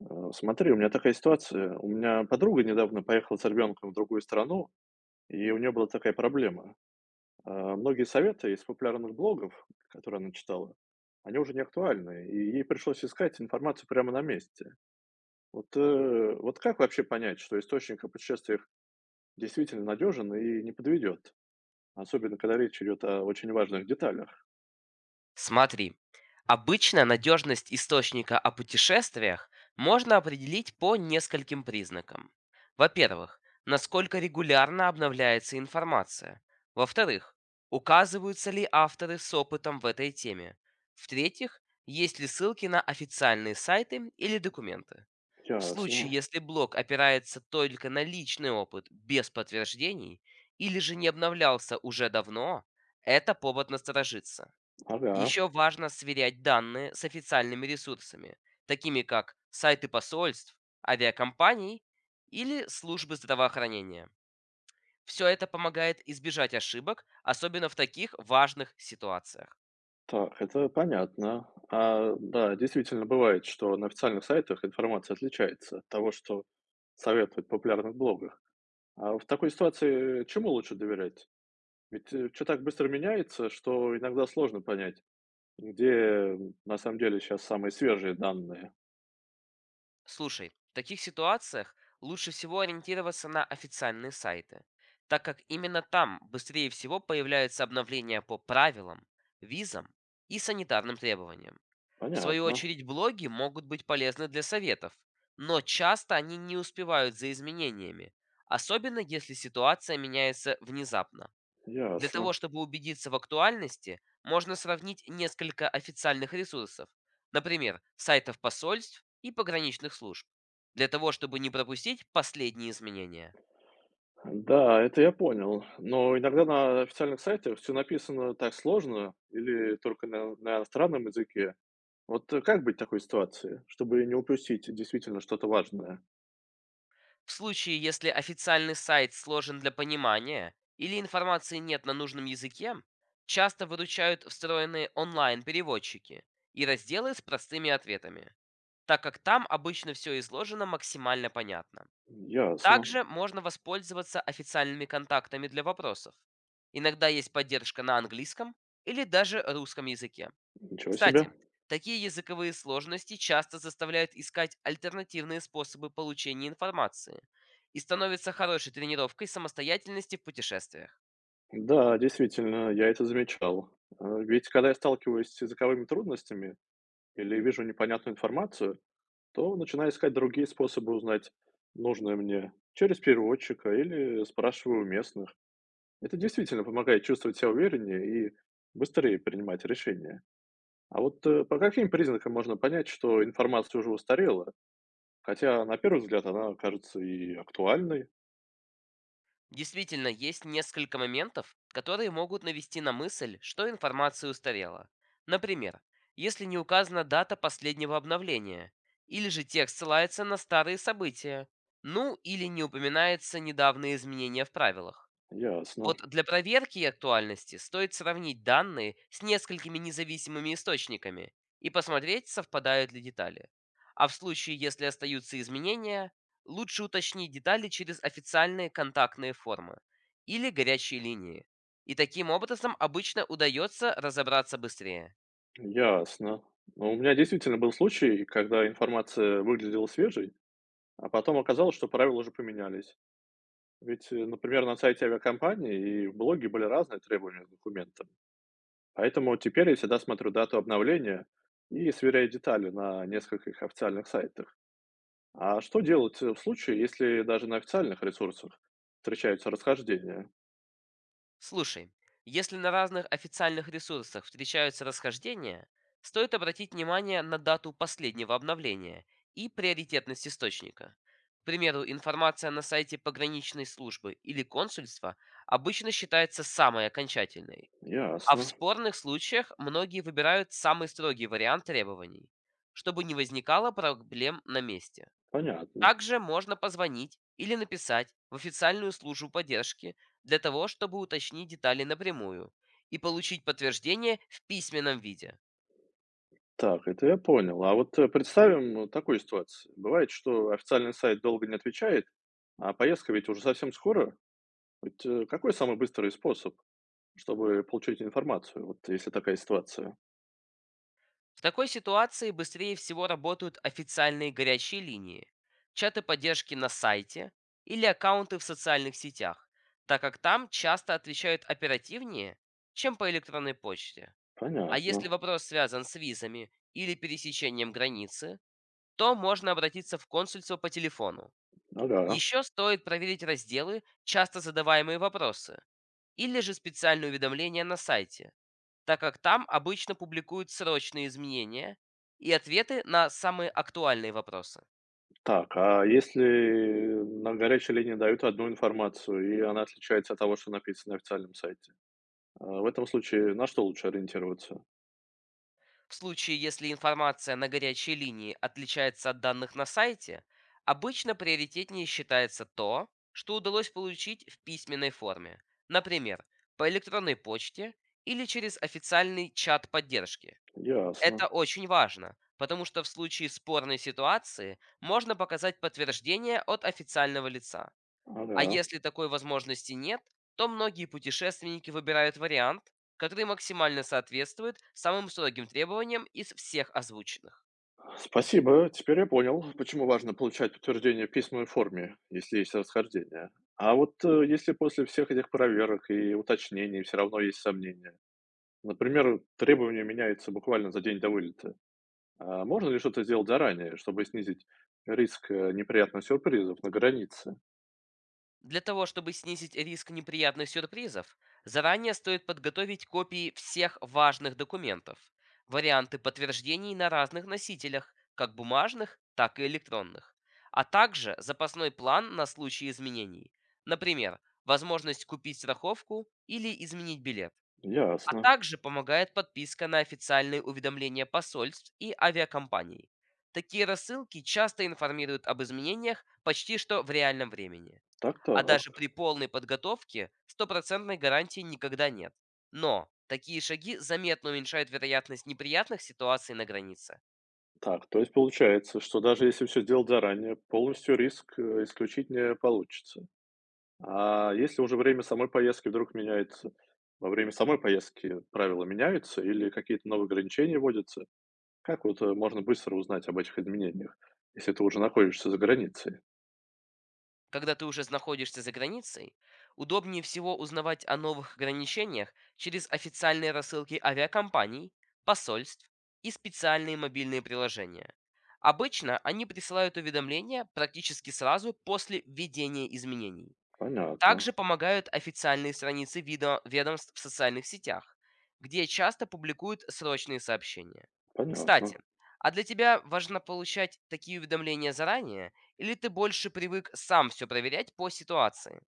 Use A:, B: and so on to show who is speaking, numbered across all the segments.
A: Смотри, у меня такая ситуация. У меня подруга недавно поехала с ребенком в другую страну, и у нее была такая проблема. Многие советы из популярных блогов, которые она читала, они уже не актуальны, и ей пришлось искать информацию прямо на месте. Вот как вообще понять, что источник о путешествиях действительно надежен и не подведет? Особенно, когда речь идет о очень важных деталях.
B: Смотри, обычно надежность источника о путешествиях можно определить по нескольким признакам. Во-первых, насколько регулярно обновляется информация. Во-вторых, указываются ли авторы с опытом в этой теме. В-третьих, есть ли ссылки на официальные сайты или документы. В
A: Ясно.
B: случае, если блог опирается только на личный опыт без подтверждений или же не обновлялся уже давно, это повод насторожиться.
A: Ага.
B: Еще важно сверять данные с официальными ресурсами, такими как сайты посольств, авиакомпаний или службы здравоохранения. Все это помогает избежать ошибок, особенно в таких важных ситуациях.
A: Так, это понятно. Да, действительно бывает, что на официальных сайтах информация отличается от того, что советуют в популярных блогах. А в такой ситуации чему лучше доверять? Ведь все так быстро меняется, что иногда сложно понять, где на самом деле сейчас самые свежие данные.
B: Слушай, в таких ситуациях лучше всего ориентироваться на официальные сайты, так как именно там быстрее всего появляются обновления по правилам, визам и санитарным требованиям. В свою
A: Понятно,
B: очередь, блоги могут быть полезны для советов, но часто они не успевают за изменениями, особенно если ситуация меняется внезапно. Для того,
A: ясно.
B: чтобы убедиться в актуальности, можно сравнить несколько официальных ресурсов, например, сайтов посольств и пограничных служб, для того, чтобы не пропустить последние изменения.
A: Да, это я понял. Но иногда на официальных сайтах все написано так сложно или только на иностранном языке. Как быть в такой ситуации, чтобы не упустить действительно что-то важное?
B: В случае, если официальный сайт сложен для понимания или информации нет на нужном языке, часто выручают встроенные онлайн-переводчики и разделы с простыми ответами, так как там обычно все изложено максимально понятно.
A: Ясно.
B: Также можно воспользоваться официальными контактами для вопросов. Иногда есть поддержка на английском или даже русском языке.
A: Ничего себе.
B: Кстати, такие языковые сложности часто заставляют искать альтернативные способы получения информации и становятся хорошей тренировкой самостоятельности в путешествиях.
A: Да, действительно, я это замечал. Ведь когда я сталкиваюсь с языковыми трудностями или вижу непонятную информацию, то начинаю искать другие способы узнать нужное мне через переводчика или спрашиваю у местных. Это действительно помогает чувствовать себя увереннее и быстрее принимать решения. А по каким признакам можно понять, что информация уже устарела, хотя, на первый взгляд, она кажется и актуальной.
B: Действительно, есть несколько моментов, которые могут навести на мысль, что информация устарела. Например, если не указана дата последнего обновления, или же текст ссылается на старые события, ну или не упоминаются недавние изменения в правилах.
A: Ясно,
B: Вот для проверки актуальности стоит сравнить данные с несколькими независимыми источниками и посмотреть, совпадают ли детали. А в случае, если остаются изменения, лучше уточнить детали через официальные контактные формы или горячие линии. И таким образом обычно удается разобраться быстрее.
A: ясно. Но у меня действительно был случай, когда информация выглядела свежей, а потом оказалось, что правила уже поменялись. Например, на сайте авиакомпании и в блоге были разные требования к документам. Поэтому теперь я всегда смотрю дату обновления и сверяю детали на нескольких официальных сайтах. А что делать в случае, если даже на официальных ресурсах встречаются расхождения?
B: Слушай, если на разных официальных ресурсах встречаются расхождения, стоит обратить внимание на дату последнего обновления и приоритетность источника. К примеру, информация на сайте пограничной службы или консульства обычно считается самой окончательной, а в
A: Ясно,
B: спорных случаях многие выбирают самый строгий вариант требований, чтобы не возникало проблем на месте.
A: понятно.
B: Также можно позвонить или написать в официальную службу поддержки для того, чтобы уточнить детали напрямую и получить подтверждение в письменном виде.
A: Так, это я понял. А представим такую ситуацию. Бывает, что официальный сайт долго не отвечает, а поездка ведь уже совсем скоро. Какой самый быстрый способ, чтобы получить информацию, вот если такая ситуация?
B: В такой ситуации быстрее всего работают официальные горячие линии, чаты поддержки на сайте или аккаунты в социальных сетях, так как там часто отвечают оперативнее, чем по электронной почте. А
A: Понятно.
B: если вопрос связан с визами или пересечением границы, то можно обратиться в консульство по телефону.
A: Ага.
B: Еще стоит проверить разделы, часто задаваемые вопросы, или же специальные уведомления на сайте, так как там обычно публикуют срочные изменения и ответы на самые актуальные вопросы.
A: Так, а если на горячей линии дают одну информацию, и она отличается от того, что написано на официальном сайте? В этом случае на что лучше ориентироваться?
B: В случае, если информация на горячей линии отличается от данных на сайте, обычно приоритетнее считается то, что удалось получить в письменной форме, например, по электронной почте или через официальный чат поддержки.
A: Ясно.
B: Это очень важно, потому что в случае спорной ситуации можно показать подтверждение от официального лица. А
A: Ага.
B: если такой возможности нет, то многие путешественники выбирают вариант, который максимально соответствует самым строгим требованиям из всех озвученных.
A: Спасибо. Теперь я понял, почему важно получать подтверждение в письменной форме, если есть расхождение. А если после всех этих проверок и уточнений все равно есть сомнения, например, требования меняются буквально за день до вылета, а можно ли что-то сделать заранее, чтобы снизить риск неприятных сюрпризов на границе?
B: Для того, чтобы снизить риск неприятных сюрпризов, заранее стоит подготовить копии всех важных документов, варианты подтверждений на разных носителях, как бумажных, так и электронных, а также запасной план на случай изменений, например, возможность купить страховку или изменить билет. А
A: Ясно.
B: также помогает подписка на официальные уведомления посольств и авиакомпаний. Такие рассылки часто информируют об изменениях почти что в реальном времени. А даже
A: Так-так.
B: при полной подготовке стопроцентной гарантии никогда нет. Но такие шаги заметно уменьшают вероятность неприятных ситуаций на границе.
A: Так, то есть получается, что даже если все сделать заранее, полностью риск исключить не получится. А если уже время самой поездки вдруг меняется, во время самой поездки правила меняются или какие-то новые ограничения вводятся? Как можно быстро узнать об этих изменениях, если ты уже находишься за границей?
B: Когда ты уже находишься за границей, удобнее всего узнавать о новых ограничениях через официальные рассылки авиакомпаний, посольств и специальные мобильные приложения. Обычно они присылают уведомления практически сразу после введения изменений.
A: Понятно,
B: Также помогают официальные страницы ведомств в социальных сетях, где часто публикуют срочные сообщения.
A: понятно.
B: Кстати, а для тебя важно получать такие уведомления заранее, или ты больше привык сам все проверять по ситуации?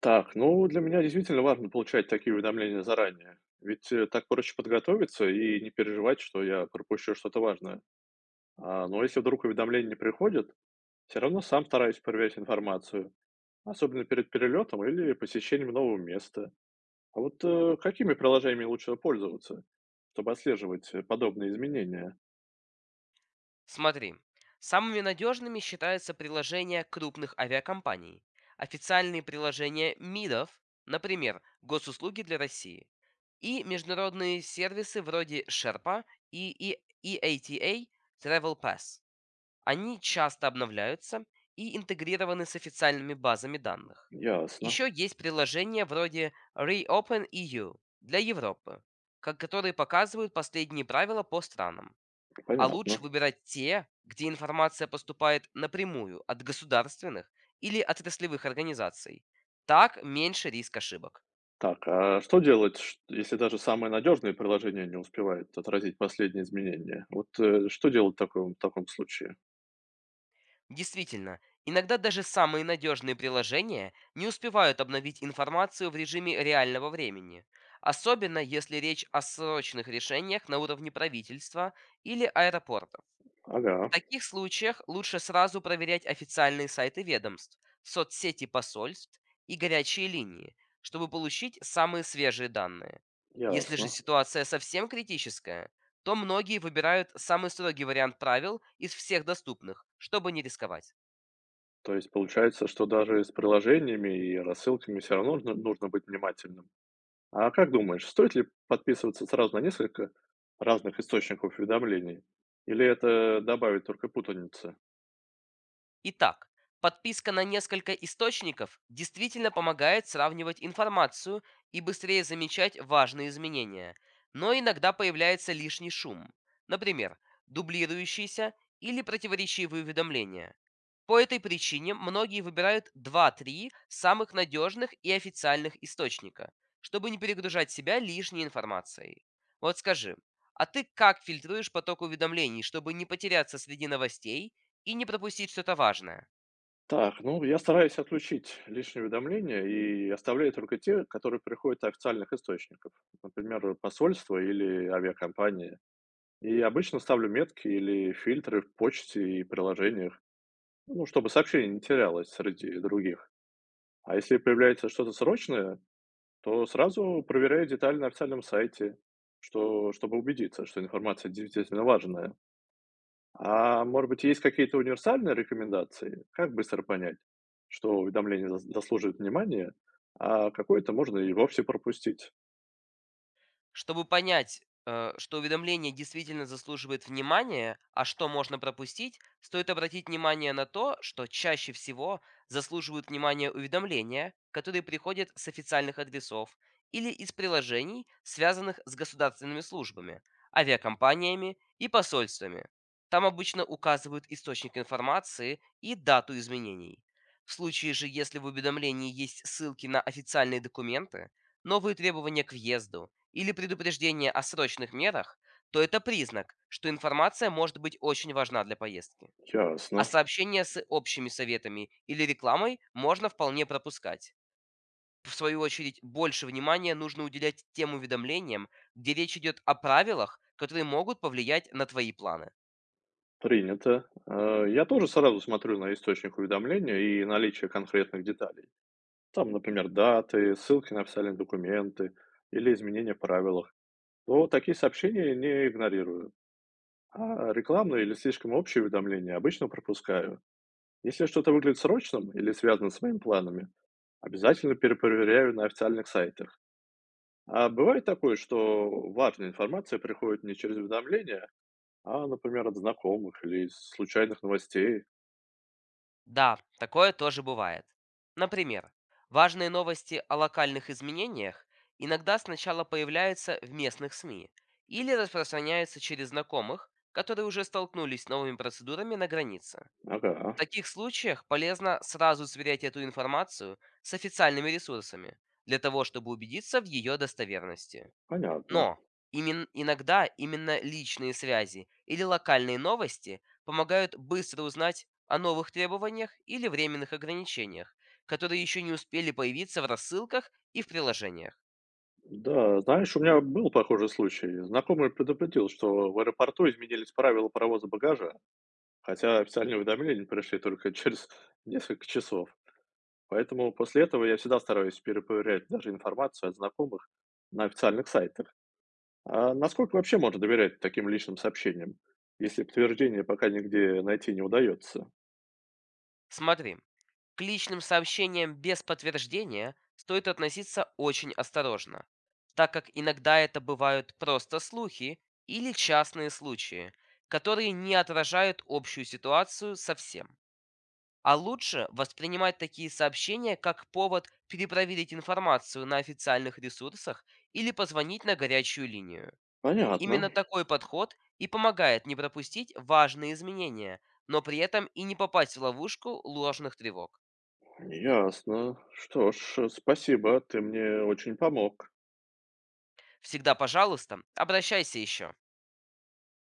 A: Так, ну для меня действительно важно получать такие уведомления заранее. Так проще подготовиться и не переживать, что я пропущу что-то важное. А, но если вдруг уведомления не приходят, все равно сам стараюсь проверять информацию, особенно перед перелетом или посещением нового места. А какими приложениями лучше пользоваться, чтобы отслеживать подобные изменения?
B: Смотри, самыми надежными считаются приложения крупных авиакомпаний, официальные приложения МИДов, например, Госуслуги для России, и международные сервисы вроде Sherpa и EATA Travel Pass. Они часто обновляются и интегрированы с официальными базами данных.
A: Ясно,
B: Еще есть приложения вроде Reopen EU для Европы, которые показывают последние правила по странам. А лучше
A: понятно.
B: выбирать те, где информация поступает напрямую от государственных или отраслевых организаций. Так меньше риск ошибок.
A: Так, а что делать, если даже самое надежное приложение не успевает отразить последние изменения? Что делать в таком случае?
B: Действительно, иногда даже самые надежные приложения не успевают обновить информацию в режиме реального времени. Особенно если речь о срочных решениях на уровне правительства или аэропорта.
A: Ага,
B: В таких случаях лучше сразу проверять официальные сайты ведомств, соцсети посольств и горячие линии, чтобы получить самые свежие данные. Если же
A: ясно.
B: ситуация совсем критическая, то многие выбирают самый строгий вариант правил из всех доступных, чтобы не рисковать.
A: То есть получается, что даже с приложениями и рассылками все равно нужно быть внимательным. А как думаешь, стоит ли подписываться сразу на несколько разных источников уведомлений? Или это добавит только путаницы?
B: Итак, подписка на несколько источников действительно помогает сравнивать информацию и быстрее замечать важные изменения, но иногда появляется лишний шум, например, дублирующиеся или противоречивые уведомления. По этой причине многие выбирают два-три самых надежных и официальных источника, чтобы не перегружать себя лишней информацией. Вот скажи, а ты как фильтруешь поток уведомлений, чтобы не потеряться среди новостей и не пропустить что-то важное?
A: Так, ну, я стараюсь отключить лишние уведомления и оставляю только те, которые приходят от официальных источников, например, посольства или авиакомпании. И обычно ставлю метки или фильтры в почте и приложениях, ну, чтобы сообщение не терялось среди других. А если появляется что-то срочное, то сразу проверяю детали на официальном сайте, чтобы убедиться, что информация действительно важная. А может быть, есть какие-то универсальные рекомендации? Как быстро понять, что уведомление заслуживает внимания, а какое-то можно и вовсе пропустить?
B: Чтобы понять, что уведомление действительно заслуживает внимания, а что можно пропустить, стоит обратить внимание на то, что чаще всего заслуживают внимания уведомления, которые приходят с официальных адресов или из приложений, связанных с государственными службами, авиакомпаниями и посольствами. Там обычно указывают источник информации и дату изменений. В случае же, если в уведомлении есть ссылки на официальные документы, новые требования к въезду, или предупреждение о срочных мерах, то это признак, что информация может быть очень важна для поездки. А
A: Ясно.
B: сообщения с общими советами или рекламой можно вполне пропускать. В свою очередь, больше внимания нужно уделять тем уведомлениям, где речь идет о правилах, которые могут повлиять на твои планы.
A: Принято. Я тоже сразу смотрю на источник уведомления и наличие конкретных деталей. Там, например, даты, ссылки на официальные документы или изменения в правилах. То такие сообщения не игнорирую. А рекламные или слишком общие уведомления обычно пропускаю. Если что-то выглядит срочным или связано с моими планами, обязательно перепроверяю на официальных сайтах. А бывает такое, что важная информация приходит не через уведомления, а, например, от знакомых или из случайных новостей.
B: Да, такое тоже бывает. Например, важные новости о локальных изменениях иногда сначала появляются в местных СМИ или распространяются через знакомых, которые уже столкнулись с новыми процедурами на границе.
A: Ага,
B: В таких случаях полезно сразу сверять эту информацию с официальными ресурсами для того, чтобы убедиться в ее достоверности.
A: понятно.
B: Но иногда именно личные связи или локальные новости помогают быстро узнать о новых требованиях или временных ограничениях, которые еще не успели появиться в рассылках и в приложениях.
A: Да, знаешь, у меня был похожий случай. Знакомый предупредил, что в аэропорту изменились правила провоза багажа, хотя официальные уведомления пришли только через несколько часов. Поэтому после этого я всегда стараюсь перепроверять даже информацию от знакомых на официальных сайтах. А насколько вообще можно доверять таким личным сообщениям, если подтверждение пока нигде найти не удается?
B: Смотри, к личным сообщениям без подтверждения стоит относиться очень осторожно, так как иногда это бывают просто слухи или частные случаи, которые не отражают общую ситуацию совсем. А лучше воспринимать такие сообщения как повод перепроверить информацию на официальных ресурсах или позвонить на горячую линию.
A: Понятно,
B: Именно такой подход и помогает не пропустить важные изменения, но при этом и не попасть в ловушку ложных тревог.
A: ясно. Что ж, спасибо, ты мне очень помог.
B: Всегда, пожалуйста, обращайся еще.